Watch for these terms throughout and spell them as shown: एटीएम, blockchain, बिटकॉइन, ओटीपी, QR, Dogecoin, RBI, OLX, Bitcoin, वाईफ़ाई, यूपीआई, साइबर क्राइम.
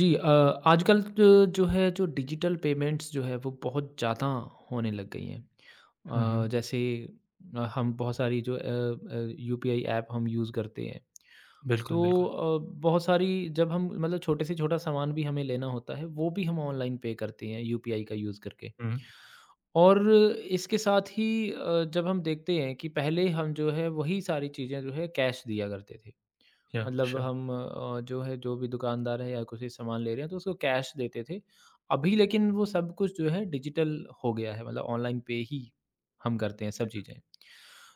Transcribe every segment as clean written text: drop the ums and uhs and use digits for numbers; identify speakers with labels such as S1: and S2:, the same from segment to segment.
S1: जी आजकल जो जो है जो digital payments जो है वो बहुत ज़्यादा होने लग गई हैं।
S2: हुँ, हुँ।
S1: जैसे हम बहुत सारी जो यूपीआई ऐप हम यूज़ करते हैं।
S2: बिल्कुल,
S1: तो
S2: बिल्कुल।
S1: बहुत सारी जब हम मतलब छोटे से छोटा सामान भी हमें लेना होता है वो भी हम ऑनलाइन पे करते हैं यूपीआई का यूज़ करके।
S2: हुँ,
S1: और इसके साथ ही जब हम देखते हैं कि पहले हम जो है वही सारी चीज़ें जो है कैश दिया करते थे।
S2: या
S1: मतलब
S2: श्योर।
S1: हम जो है जो भी दुकानदार है या कुछ भी सामान ले रहे हैं तो उसको कैश देते थे। अभी लेकिन वो सब कुछ जो है डिजिटल हो गया है मतलब ऑनलाइन पे ही हम करते हैं
S2: Yeah.
S1: सब चीज़ें।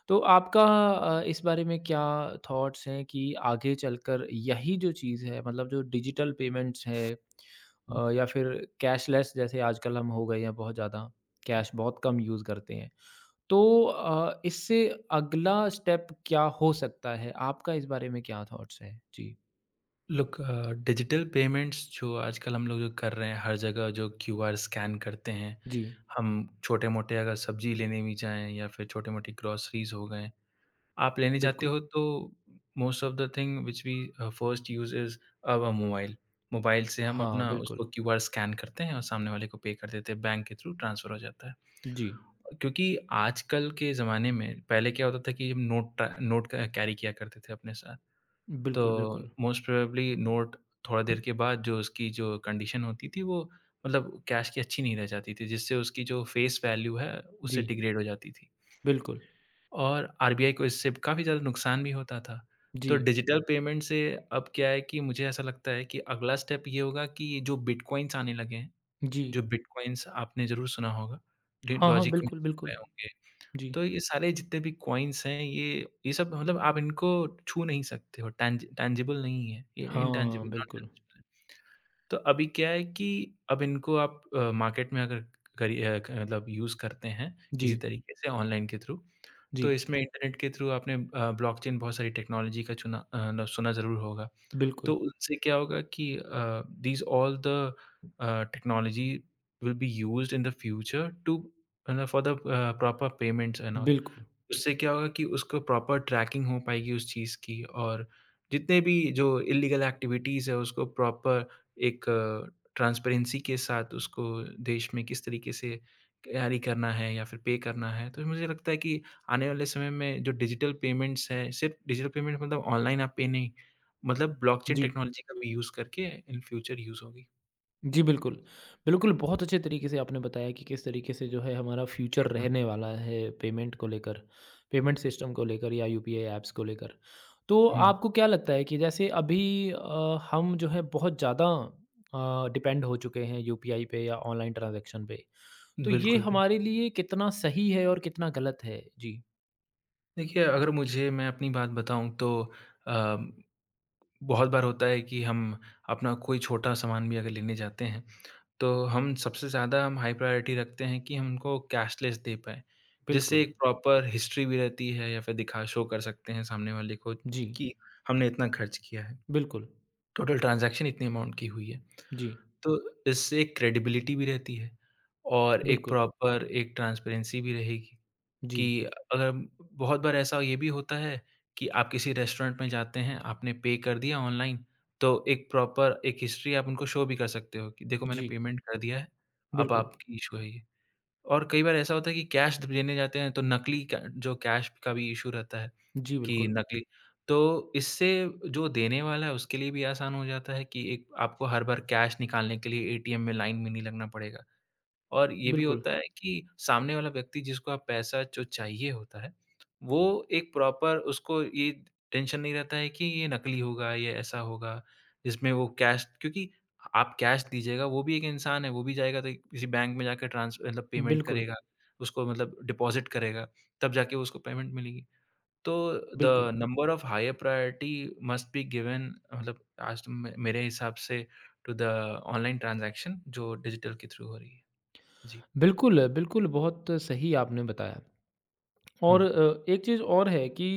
S1: तो आपका इस बारे में क्या थॉट्स हैं कि आगे चलकर यही जो चीज़ है मतलब जो डिजिटल पेमेंट्स है
S2: Hmm.
S1: या फिर कैशलेस जैसे आजकल हम हो गए हैं बहुत ज़्यादा, कैश बहुत कम यूज़ करते हैं। तो इससे अगला स्टेप क्या हो सकता है? आपका इस बारे में क्या थॉट्स है? जी।
S2: लुक डिजिटल पेमेंट्स जो आजकल हम लोग जो कर रहे हैं, हर जगह जो क्यूआर स्कैन करते हैं,
S1: जी,
S2: हम छोटे-मोटे अगर सब्ज़ी लेने भी जाएँ या फिर छोटे-मोटे ग्रोसरीज़ हो गए, आप लेने जाते
S1: बिल्कुल।
S2: हो तो most of the thing which we first use is our mobile. Mobile से हम
S1: हाँ,
S2: अपना
S1: बिल्कुल।
S2: उसको क्यूआर स्कैन करते हैं और सामने वाले को पे कर देते हैं, बैंक के थ्रू ट्रांसफ़र हो जाता है।
S1: जी।
S2: क्योंकि आजकल के ज़माने में पहले क्या होता था कि हम नोट ट नोट क कैरी किया करते थे अपने साथ। तो
S1: बिल्कुल, बिल्कुल।
S2: मोस्ट प्रोबेबली नोट थोड़ा देर के बाद जो उसकी जो कंडीशन होती थी वो मतलब कैश की अच्छी नहीं रह जाती थी, जिससे उसकी जो फेस वैल्यू है
S1: जी,
S2: उससे डिग्रेड हो जाती थी।
S1: बिल्कुल।
S2: और आरबीआई को इससे काफ़ी ज़्यादा नुकसान भी होता था।
S1: जी,
S2: तो डिजिटल पेमेंट से अब क्या है कि मुझे ऐसा लगता है कि अगला स्टेप ये होगा कि जो बिटकॉइन्स आने लगे हैं,
S1: जी।
S2: जो बिटकॉइन्स आपने ज़रूर सुना होगा, डि
S1: हाँ, हाँ,
S2: डॉजी
S1: बिल्कुल,
S2: कॉइन्स हो
S1: बिल्कुल।
S2: गए होंगे।
S1: जी।
S2: तो ये सारे जितने भी कॉइन्स हैं ये सब मतलब आप इनको छू नहीं सकते हो, टैंजिबल नहीं है, ये
S1: हाँ,
S2: इंटैंजिबल, नॉट
S1: बिल्कुल।
S2: टैंजिबल है। तो अभी क्या है कि अब इनको आप मार्केट में अगर करी अ, क मतलब यूज़ करते हैं
S1: जी,
S2: किसी तरीके से ऑनलाइन के थ्रू, तो
S1: जी।
S2: इसमें इंटरनेट के थ्रू आपने ब्लॉकचेन बहुत सारी टेक्नोलॉजी का चुना अ, न सुना ज़रूर होगा। तो
S1: बिल्कुल,
S2: उनसे क्या होगा कि these all the technology will be used in the future to मतलब for the proper payments and all.
S1: बिल्कुल।
S2: उससे क्या होगा कि उसको प्रॉपर ट्रैकिंग हो पाएगी उस चीज़ की और जितने भी जो इल्लीगल एक्टिविटीज़ है उसको प्रॉपर एक ट्रांसपेरेंसी के साथ उसको देश में किस तरीके से कैरी करना है या फिर पे करना है। तो मुझे लगता है कि आने वाले समय में जो डिजिटल पेमेंट्स हैं, सिर्फ डिजिटल पेमेंट मतलब ऑनलाइन आप पे नहीं, मतलब ब्लॉकचेन
S1: जी।
S2: टेक्नोलॉजी का भी यूज़ करके इन फ्यूचर यूज़ होगी।
S1: जी, बिल्कुल। बिल्कुल, बहुत अच्छे तरीके से आपने बताया कि किस तरीके से जो है हमारा फ्यूचर रहने वाला है पेमेंट को लेकर, पेमेंट सिस्टम को लेकर या यूपीआई ऐप्स को लेकर। तो
S2: हुँ,
S1: आपको क्या लगता है कि जैसे अभी हम जो है बहुत ज़्यादा डिपेंड हो चुके हैं यूपीआई पे या ऑनलाइन ट्रांज़ैक्शन पे। तो ये
S2: बिल्कुल, बिल्कुल।
S1: हमारे लिए कितना सही है और कितना गलत है? जी,
S2: देखिए, अगर मुझे मैं अपनी बात बताऊँ तो अ बहुत बार होता है कि हम अपना कोई छोटा सामान भी अगर लेने जाते हैं, तो हम सबसे ज़्यादा हम हाई प्रायोरिटी रखते हैं कि हम उनको कैशलेस दे पाएँ। जिससे
S1: बिल्कुल।
S2: एक प्रॉपर हिस्ट्री भी रहती है या फिर दिखा शो कर सकते हैं सामने वाले को
S1: जी,
S2: कि हमने इतना खर्च किया है,
S1: बिल्कुल।
S2: टोटल ट्रांज़ैक्शन इतने अमाउंट की हुई है।
S1: जी,
S2: तो इससे एक क्रेडिबिलिटी भी रहती है और एक
S1: बिल्कुल।
S2: प्रॉपर एक ट्रांसपेरेंसी भी रहेगी। कि
S1: जी,
S2: अगर बहुत बार ऐसा ये भी होता है कि आप किसी रेस्टोरेंट में जाते हैं, आपने पे कर दिया ऑनलाइन, तो एक प्रॉपर एक हिस्ट्री आप उनको शो भी कर सकते हो कि देखो मैंने
S1: जी,
S2: पेमेंट कर दिया है, अब
S1: बिल्कुल।
S2: आपकी इश्यू है ये। और कई बार ऐसा होता है कि कैश देने जाते हैं तो नकली क जो कैश का भी इश्यू रहता है
S1: जी,
S2: कि
S1: बिल्कुल।
S2: नकली तो इससे जो देने वाला है उसके लिए भी आसान हो जाता है कि एक आपको हर बार कैश निकालने के लिए एटीएम में लाइन में नहीं लगना पड़ेगा। और ये भी
S1: बिल्कुल,
S2: होता है कि सामने वाला व्यक्ति जिसको आप पैसा जो चाहिए होता है, वो एक प्रॉपर उसको ये टेंशन नहीं रहता है कि ये नकली होगा, ये ऐसा होगा, जिसमें वो कैश क्योंकि आप कैश दीजिएगा, वो भी एक इंसान है, वो भी जाएगा तो किसी बैंक में जाके ट्रांस मतलब पेमेंट
S1: बिल्कुल,
S2: करेगा, उसको मतलब डिपॉज़िट करेगा, तब जाके उसको पेमेंट मिलेगी। तो द
S1: बिल्कुल।
S2: Number of higher priority must be given मतलब आज मे मेरे हिसाब से टू द ऑनलाइन ट्रांज़ैक्शन जो डिजिटल के थ्रू हो रही है। जी।
S1: बिल्कुल, बिल्कुल, बहुत सही आपने बताया।
S2: हुँ,
S1: और एक चीज़ और है कि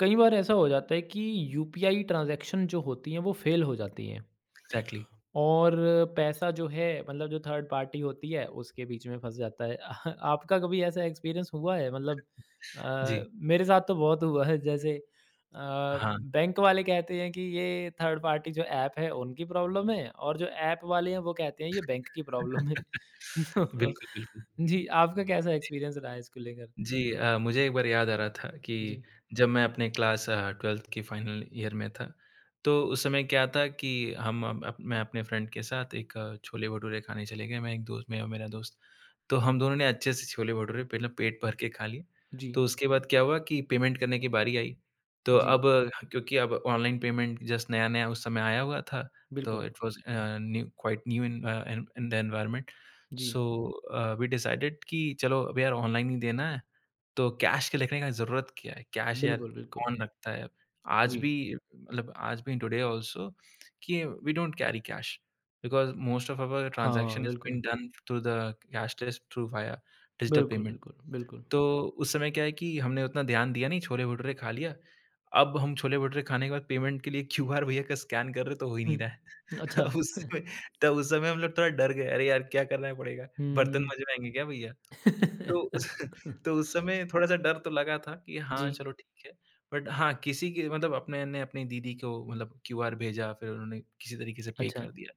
S1: कई बार ऐसा हो जाता है कि यूपीआई ट्रांज़ैक्शन जो होती हैं, वो फ़ेल हो जाती हैं
S2: एग्ज़ैक्टली,
S1: और पैसा जो है मतलब जो थर्ड पार्टी होती है, उसके बीच में फँस जाता है। आपका कभी ऐसा एक्सपीरियंस हुआ है? मतलब
S2: जी,
S1: मेरे साथ तो बहुत हुआ है, जैसे
S2: हाँ।
S1: बैंक वाले कहते हैं कि ये थर्ड पार्टी जो ऐप है, उनकी प्रॉब्लम है और जो ऐप वाले हैं, वो कहते हैं, ये बैंक की प्रॉब्लम है। तो
S2: बिल्कुल, बिल्कुल।
S1: जी, आपका कैसा एक्सपीरियंस रहा है इसको लेकर?
S2: जी मुझे एक बार याद आ रहा था कि
S1: जी,
S2: जब मैं अपने क्लास 12th की फाइनल ईयर में था, तो उस समय क्या था कि हम अप मैं अपने फ्रेंड के साथ एक छोले-भटूरे खाने चले गए, मैं और मेरा दोस्त। तो हम दोनों ने अच्छे से छोले-भटूरे पहले पेट भर के खा लिए।
S1: जी,
S2: तो उसके बाद क्या हुआ कि पेमेंट करने की बारी आई। तो
S1: जी,
S2: अब क्योंकि अब ऑनलाइन पेमेंट जस्ट नया-नया उस समय आया हुआ था, तो
S1: बिल्कुल।
S2: It was new quite new in the environment.
S1: जी,
S2: सो वी डिसाइडेड कि चलो अब यार ऑनलाइन ही देना है। तो कैश के रखने का ज़रूरत क्या है? कैश यार
S1: बिल्कुल, बिल्कुल।
S2: कौन रखता है? आज
S1: जी,
S2: भी मतलब आज भी इन टुडे ऑल्सो कि we don't carry cash because most of our
S1: हाँ,
S2: ट्रांज़ैक्शन इज़
S1: बिल्कुल,
S2: been done through the cashless through via digital
S1: बिल्कुल,
S2: पेमेंट।
S1: बिल्कुल, बिल्कुल।
S2: तो उस समय क्या है कि हमने उतना ध्यान दिया नहीं, छोले-भटूरे खा लिया। अब हम छोले-भटूरे खाने के बाद पेमेंट के लिए क्यूआर भैया का स्कैन कर रहे हैं तो हो ही
S1: हुँ,
S2: नहीं रहा है।
S1: अच्छा।
S2: अब उस समय तब उस समय हम लोग थोड़ा डर गए, "अरे यार! क्या करना पड़ेगा? बर्तन
S1: हुँ।
S2: मँजवाएँगे क्या भैया?" तो उस तो उस समय थोड़ा-सा डर तो लगा था कि
S1: जी,
S2: हाँ, चलो ठीक है। बट हाँ, किसी की मतलब अपने ने अपनी दीदी को मतलब क्यूआर भेजा, फिर उन्होंने किसी तरीके से पे
S1: अच्छा,
S2: कर दिया।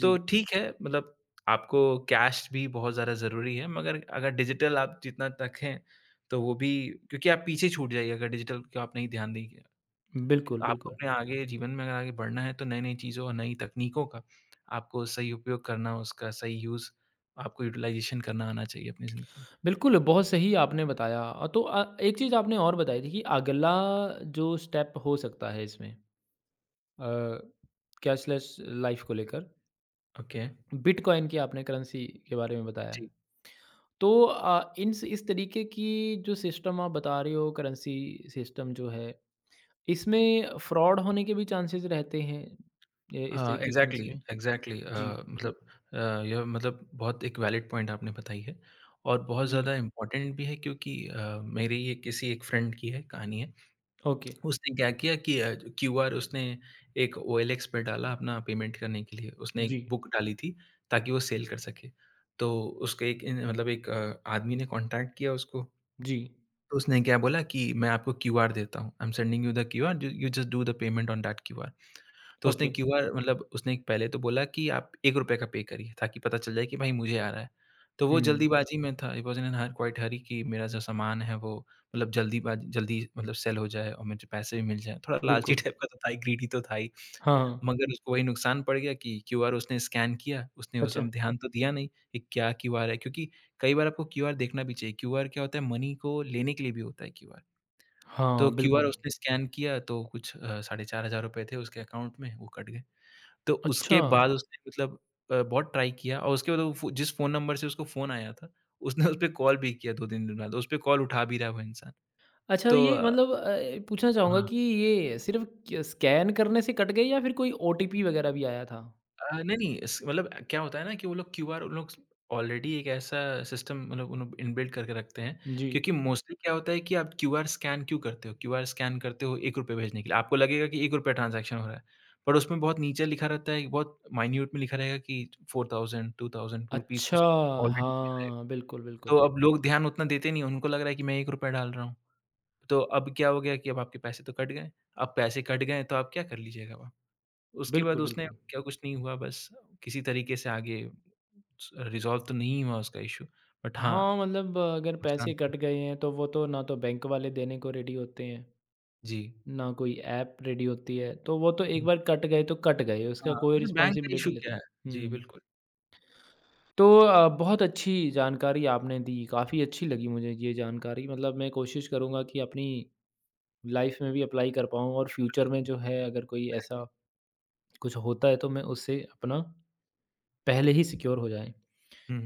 S2: तो ठीक है, मतलब आपको कैश भी बहुत ज़्यादा ज़रूरी है, मगर अगर डिजिटल आप जितना रखें, तो वो भी क्योंकि आप पीछे छूट जाइए अगर डिजिटल को आप नहीं ध्यान देंगे।
S1: बिल्कुल,
S2: आपको
S1: बिल्कुल।
S2: अपने आगे जीवन में अगर आगे बढ़ना है, तो नई-नई चीज़ों और नई तकनीकों का आपको सही उपयोग करना, उसका सही यूज़ आपको यूटिलाइज़ेशन करना आना चाहिए अपनी ज़िंदगी में।
S1: बिल्कुल, बहुत सही आपने बताया। तो एक चीज़ आपने और बताई थी कि अगला जो स्टेप हो सकता है इसमें अ, कैशलेस लाइफ़ को लेकर,
S2: ओके।
S1: बिटकॉइन की आपने करेंसी के बारे में बताया।
S2: जी।
S1: तो इन स इस तरीके की जो सिस्टम आप बता रहे हो करेंसी सिस्टम जो है, इसमें फ्रॉड होने के भी चांसेस रहते हैं, ए इस
S2: हाँ,
S1: तरीके की करेंसी
S2: एग्ज़ैक्टली,
S1: में?
S2: एग्ज़ैक्टली
S1: जी,
S2: मतलब अ, यह मतलब बहुत एक वैलिड पॉइंट आपने बताई है और बहुत
S1: जी,
S2: ज़्यादा इम्पोर्टेंट भी है क्योंकि मेरी ये किसी एक फ्रेंड की है कहानी है।
S1: ओके,
S2: उसने क्या किया कि क्यूआर उसने एक ओएलएक्स पे डाला अपना पेमेंट करने के लिए। उसने
S1: जी,
S2: एक बुक डाली थी ताकि वो सेल कर सके। तो उसके एक इन मतलब एक आदमी ने कॉन्टैक्ट किया उसको।
S1: जी,
S2: तो उसने क्या बोला कि मैं आपको क्यूआर देता हूँ। I am sending you the QR, you just do the payment on that QR. तो उसने
S1: ओके,
S2: क्यूआर मतलब उसने पहले तो बोला कि आप ₹1 का पे करिए ताकि पता चल जाए कि भाई मुझे आ रहा है। तो वो
S1: हुँ,
S2: जल्दीबाज़ी में था, he was in a quite हरी कि मेरा जो सामान है वो मतलब जल्दी मतलब सेल हो जाए और मुझे पैसे भी मिल जाएँ। थोड़ा लालची
S1: बिल्कुल,
S2: टाइप का तो था ही, ग्रीडी तो था ही।
S1: हाँ, हाँ,
S2: मगर उसको वही नुकसान पड़ गया कि क्यूआर उसने स्कैन किया, उसने उस
S1: अच्छा,
S2: समय ध्यान तो दिया नहीं कि क्या क्यूआर है क्योंकि कई बार आपको क्यूआर देखना भी चाहिए। क्यूआर क्या होता है मनी को लेने के लिए भी होता है क्यूआर। तो
S1: हाँ,
S2: क्यूआर
S1: बिल्कुल,
S2: उसने स्कैन किया तो कुछ ₹4,500 थे उसके अकाउंट में, वो कट गए। तो
S1: अच्छा।
S2: उसके बाद हुँ। उसने मतलब बहुत ट्राई किया और उसके बाद वो फ़ो जिस फ़ोन नंबर से उसको फ़ोन आया था, उसने उसपे कॉल भी किया 2-3 दिन बाद, उसपे कॉल उठा भी रहा है वो इंसान।
S1: अच्छा
S2: तो
S1: ये मतलब पूछना चाहूँगा
S2: हाँ।
S1: कि ये सिर्फ़ क स्कैन करने से कट गई या फिर कोई ओटीपी वगैरह भी आया था?
S2: नहीं-नहीं इस मतलब क्या होता है ना कि वो लोग क्यूआर उन लोग ऑलरेडी एक ऐसा सिस्टम मतलब उन लोग इनबिल्ट करके रखते हैं,
S1: जी,
S2: क्योंकि मोस्टली क्या होता है कि आप क्यूआर स्कैन क्यों करते हो? क्यूआर स्कैन करते हो ₹1 भेजने के लिए, आपको लगेगा कि ₹1 ट्रांज़ैक्शन हो रहा है, पर उसमें बहुत नीचे लिखा रहता है, बहुत माइन्यूट में लिखा रहेगा कि 4000, 2000 रुपीस
S1: अच्छा,
S2: कुछ ऑलरेडी दिया रहेगा।
S1: हाँ, बिल्कुल, बिल्कुल,
S2: तो अब लोग ध्यान उतना देते नहीं, उनको लग रहा है कि मैं ₹1 डाल रहा हूँ। तो अब क्या हो गया कि अब आपके पैसे तो कट गए, अब पैसे कट गए तो आप क्या कर लीजिएगा अब? उसके बाद
S1: बिल्कुल,
S2: उसने
S1: बिल्कुल।
S2: क्या कुछ नहीं हुआ बस किसी तरीके से आगे स रिज़ॉल्व तो नहीं हुआ उसका इश्यू बट हाँ,
S1: हाँ, मतलब अगर
S2: नुकसान
S1: पैसे
S2: तो
S1: कट गए हैं तो वो तो ना तो बैंक वाले देने को रेडी होते हैं,
S2: जी।
S1: ना कोई ऐप रेडी होती है, तो वो तो एक
S2: जी,
S1: बार कट गए तो कट गए, उसका
S2: हाँ,
S1: कोई
S2: वैसे बैंक का इश्यू
S1: रिस्पॉन्सिबिलिटी लेते
S2: क्या है? जी,
S1: हुँ।
S2: बिल्कुल।
S1: तो बहुत अच्छी जानकारी आपने दी, काफ़ी अच्छी लगी मुझे ये जानकारी मतलब मैं कोशिश करूँगा कि अपनी लाइफ में भी अप्लाई कर पाऊँ और फ्यूचर में जो है अगर कोई ऐसा कुछ होता है तो मैं उससे अपना पहले ही सिक्योर हो जाएँ।
S2: हुँ,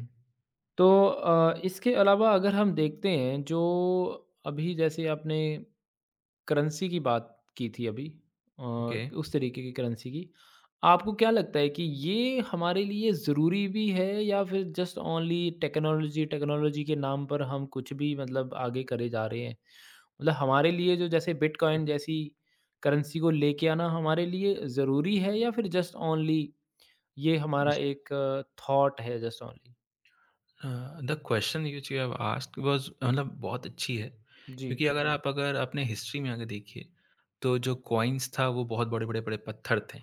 S1: तो इसके अलावा अगर हम देखते हैं जो अभी जैसे आपने करेंसी की बात की थी अभी
S2: ओके।
S1: उस तरीके की करेंसी की। आपको क्या लगता है कि ये हमारे लिए ज़रूरी भी है या फिर जस्ट ओनली टेक्नोलॉजी टेक्नोलॉजी के नाम पर हम कुछ भी मतलब आगे करे जा रहे हैं? मतलब हमारे लिए जो जैसे बिटकॉइन जैसी करेंसी को लेके आना हमारे लिए ज़रूरी है या फिर जस्ट ओनली ये हमारा एक थॉट है just only?
S2: The question which you have asked was मतलब बहुत अच्छी है,
S1: जी।
S2: क्योंकि अगर आप अगर अपने हिस्ट्री में अगर देखिए, तो जो कॉइन्स था वो बहुत बड़े-बड़े बड़े बड़े पत्थर थे,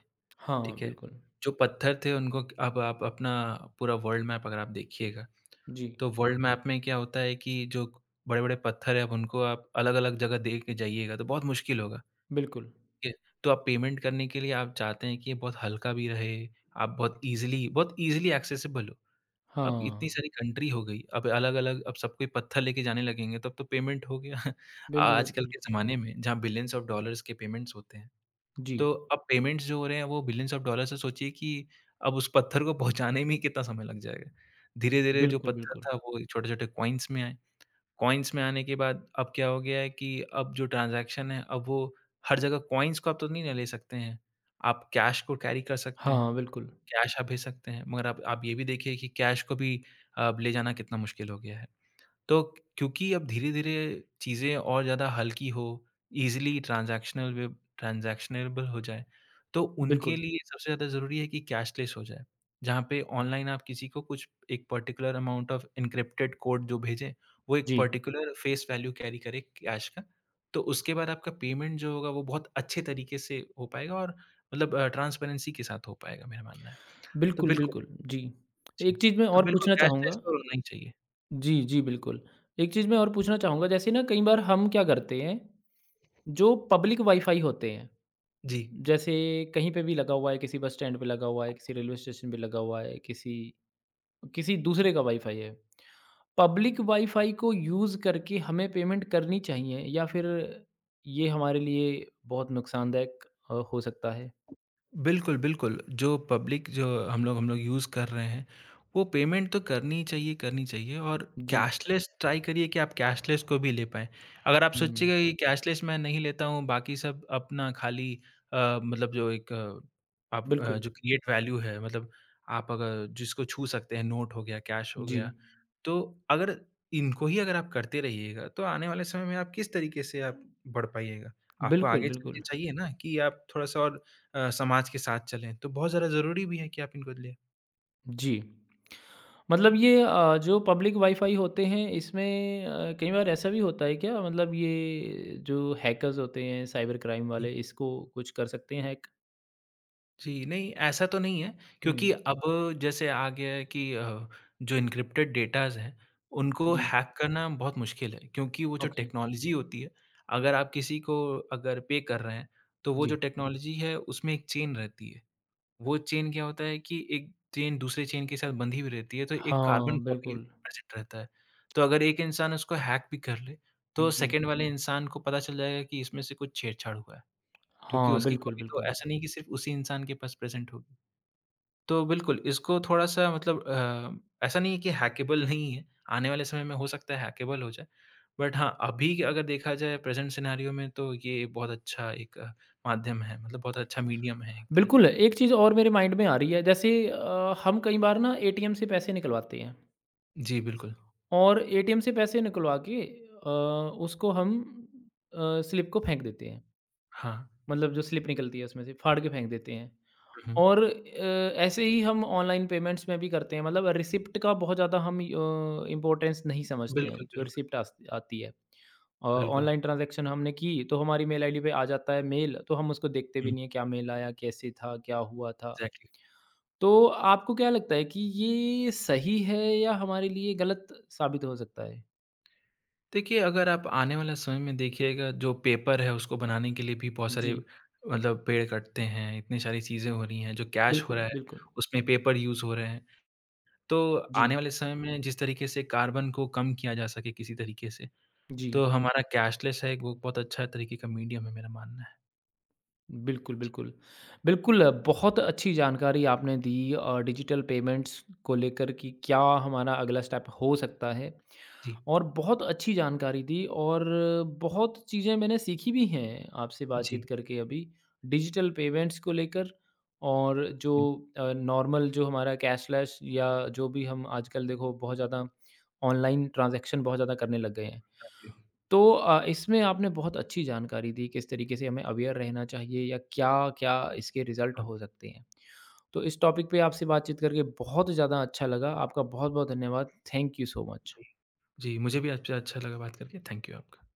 S1: हाँ,
S2: ठीक है?
S1: बिल्कुल।
S2: जो पत्थर थे उनको अब आप अपना पूरा वर्ल्ड मैप अगर आप देखिएगा,
S1: जी,
S2: तो वर्ल्ड मैप में क्या होता है कि जो बड़े-बड़े पत्थर हैं अब उनको आप अलग-अलग जगह दे के जाइएगा तो बहुत मुश्किल होगा,
S1: बिल्कुल।
S2: ठीक है? तो आप पेमेंट करने के लिए आप चाहते हैं कि ये बहुत हल्का भी रहे, आप बहुत ईज़िली एक्सेसिबल हो। अब
S1: हाँ,
S2: इतनी सारी कंट्री हो गई, अब अलग-अलग अब सब कोई पत्थर लेके जाने लगेंगे तब तो पेमेंट हो गया।
S1: बिल्कुल,
S2: आजकल
S1: बिल्कुल।
S2: के ज़माने में जहाँ बिलियंस ऑफ डॉलर्स के पेमेंट्स होते हैं,
S1: जी,
S2: तो अब पेमेंट्स जो हो रहे हैं वो बिलियंस ऑफ डॉलर से सोचिए कि अब उस पत्थर को पहुँचाने में ही कितना समय लग जाएगा। धीरे-धीरे जो
S1: बिल्कुल,
S2: पत्थर
S1: बिल्कुल।
S2: था वो छोटे-छोटे कॉइन्स में आए, कॉइन्स में आने के बाद अब क्या हो गया है कि अब जो ट्रांज़ैक्शन है अब वो हर जगह कॉइन्स को आप तो नहीं ना ले सकते हैं, आप कैश को कैरी कर सकते हैं।
S1: हाँ, बिल्कुल,
S2: कैश आप भेज सकते हैं, मगर आप ये भी देखिए कि कैश को भी अब ले जाना कितना मुश्किल हो गया है। तो क्योंकि अब धीरे-धीरे चीज़ें और ज़्यादा हल्की हो, ईज़िली ट्रांज़ैक्शनल वे ट्रांज़ैक्शनेबल हो जाए, तो उनके
S1: बिल्कुल।
S2: लिए सबसे ज़्यादा ज़रूरी है कि कैशलेस हो जाए। जहाँ पे ऑनलाइन आप किसी को कुछ एक particular amount of encrypted code जो भेजें, वो एक
S1: जी,
S2: पर्टिकुलर फेस वैल्यू कैरी करे कैश का, तो उसके बाद आपका पेमेंट जो होगा वो बहुत अच्छे तरीके से हो पाएगा और मतलब ट्रांसपेरेंसी के साथ हो पाएगा, मेरा मानना है। तो
S1: बिल्कुल,
S2: बिल्कुल,
S1: बिल्कुल, जी।
S2: जी।
S1: एक चीज़ मैं
S2: तो
S1: और
S2: बिल्कुल
S1: पूछना
S2: कैशलेस
S1: चाहूँगा।
S2: तो होना ही चाहिए।
S1: जी, जी, बिल्कुल। एक चीज़ मैं और पूछना चाहूँगा जैसे ना कई बार हम क्या करते हैं, जो पब्लिक वाईफ़ाई होते हैं,
S2: जी।
S1: जैसे कहीं पे भी लगा हुआ है, किसी बस स्टैंड पे लगा हुआ है, किसी रेलवे स्टेशन पे लगा हुआ है, किसी किसी दूसरे का वाईफ़ाई है। पब्लिक वाईफ़ाई को यूज़ करके हमें पेमेंट करनी चाहिए या फिर ये हमारे लिए बहुत नुकसानदायक हो सकता है?
S2: बिल्कुल, बिल्कुल। जो पब्लिक जो हम लोग यूज़ कर रहे हैं, वो पेमेंट तो करनी ही चाहिए और
S1: जी।
S2: कैशलेस ट्राई करिए कि आप कैशलेस को भी ले पाएँ। अगर आप
S1: हुँ,
S2: सोचिएगा कि कैशलेस मैं नहीं लेता हूँ, बाकी सब अपना खाली मतलब जो एक आप
S1: बिल्कुल।
S2: जो क्रिएट वैल्यू है, मतलब आप अगर जिसको छू सकते हैं, नोट हो गया, कैश हो
S1: जी।
S2: गया, तो अगर इनको ही अगर आप करते रहिएगा, तो आने वाले समय में आप किस तरीके से आप बढ़ पाइएगा? आपको
S1: बिल्कुल,
S2: आगे चल के
S1: बिल्कुल।
S2: चाहिए ना कि आप थोड़ा-सा और समाज के साथ चलें, तो बहुत ज़्यादा ज़रूरी भी है कि आप इनको लें।
S1: जी। मतलब ये जो पब्लिक वाई-फाई होते हैं इसमें कई बार ऐसा भी होता है क्या मतलब ये जो हैकर्स होते हैं साइबर क्राइम
S2: जी,
S1: वाले इसको कुछ कर सकते हैं हैक?
S2: जी, नहीं ऐसा तो नहीं है
S1: हुँ।
S2: क्योंकि अब जैसे आ गया है कि जो एन्क्रिप्टेड डेटाज़ हैं, उनको
S1: जी,
S2: हैक करना बहुत मुश्किल है क्योंकि वो जो
S1: ओके,
S2: टेक्नोलॉज़ी होती है, अगर आप किसी को अगर पे कर रहे हैं, तो वो
S1: जी।
S2: जो टेक्नोलॉज़ी है उसमें एक चेन रहती है। वो चेन क्या होता है कि एक चेन दूसरे चेन के साथ बंधी हुई रहती है, तो एक
S1: हाँ,
S2: कार्बन कॉपी
S1: बिल्कुल।
S2: प्रेज़ेंट रहता है। तो अगर एक इंसान उसको हैक भी कर ले, तो
S1: जी।
S2: सेकंड वाले इंसान को पता चल जाएगा कि इसमें से कुछ छेड़छाड़ हुआ है, क्योंकि
S1: हाँ,
S2: उसकी
S1: बिल्कुल,
S2: कॉपी तो
S1: बिल्कुल।
S2: ऐसा नहीं कि सिर्फ़ उसी इंसान के पास प्रेज़ेंट होगी। तो बिल्कुल, इसको थोड़ा-सा मतलब ऐसा नहीं है कि हैकेबल नहीं है, आने वाले समय में हो सकता है हैकेबल हो जाए। बट हाँ, अभी अगर देखा जाए प्रेज़ेंट सिनेरियो में तो ये बहुत अच्छा एक माध्यम है, मतलब बहुत अच्छा मीडियम है एक तरीके
S1: बिल्कुल,
S2: का।
S1: एक चीज़ और मेरे माइंड में आ रही है जैसे हम कई बार ना एटीएम से पैसे निकलवाते हैं
S2: जी, बिल्कुल।
S1: और एटीएम से पैसे निकलवा के उसको हम अ, स्लिप को फेंक देते हैं।
S2: हाँ।
S1: मतलब जो स्लिप निकलती है उसमें से, फाड़ के फेंक देते हैं।
S2: हुँ।
S1: और ऐसे ही हम ऑनलाइन पेमेंट्स में भी करते हैं मतलब रिसिप्ट का बहुत ज़्यादा हम इम्पोर्टेंस नहीं समझते हैं,
S2: बिल्कुल,
S1: जो
S2: बिल्कुल,
S1: रिसिप्ट आस आती है।
S2: बिल्कुल।
S1: ऑनलाइन ट्रांज़ैक्शन हमने की, तो हमारी मेल आईडी पे आ जाता है मेल, तो हम उसको देखते भी
S2: हुँ,
S1: नहीं है, क्या मेल आया, कैसे था, क्या हुआ था।
S2: एग्ज़ैक्टली।
S1: तो आपको क्या लगता है कि ये सही है या हमारे लिए गलत साबित हो सकता है?
S2: देखिए, अगर आप आने वाले समय में देखिएगा जो पेपर है उसको बनाने के लिए भी बहुत सारे
S1: जी,
S2: मतलब पेड़ कटते हैं, इतनी सारी चीज़ें हो रही हैं, जो कैश हो रहा
S1: बिल्कुल,
S2: है,
S1: बिल्कुल।
S2: उसमें पेपर यूज़ हो रहे हैं। तो आने
S1: जी,
S2: वाले समय में जिस तरीके से कार्बन को कम किया जा सके किसी तरीके से,
S1: जी।
S2: तो हमारा कैशलेस है वो बहुत अच्छा तरीके का मीडियम है मेरा मानना है।
S1: बिल्कुल,
S2: जी,
S1: बिल्कुल। बिल्कुल, बहुत अच्छी जानकारी आपने दी डिजिटल पेमेंट्स को लेकर कि क्या हमारा अगला स्टेप हो सकता है।
S2: जी।
S1: और बहुत अच्छी जानकारी दी और बहुत चीज़ें मैंने सीखी भी हैं आपसे बातचीत
S2: जी।
S1: करके अभी, डिजिटल पेमेंट्स को लेकर और जो
S2: जी,
S1: नॉर्मल जो हमारा कैशलेस या जो भी हम आजकल देखो बहुत ज़्यादा ऑनलाइन ट्रांज़ैक्शन बहुत ज़्यादा करने लग गए हैं।
S2: Thank you.
S1: तो इसमें आपने बहुत अच्छी जानकारी दी, किस तरीके से हमें अवेयर रहना चाहिए या क्या-क्या इसके रिज़ल्ट
S2: ओके।
S1: हो सकते हैं। तो इस टॉपिक पे आपसे बातचीत करके बहुत ज़्यादा अच्छा लगा। आपका बहुत-बहुत धन्यवाद। Thank you so much.
S2: जी, मुझे भी आपसे अच्छा लगा बात करके। थैंक यू आपका।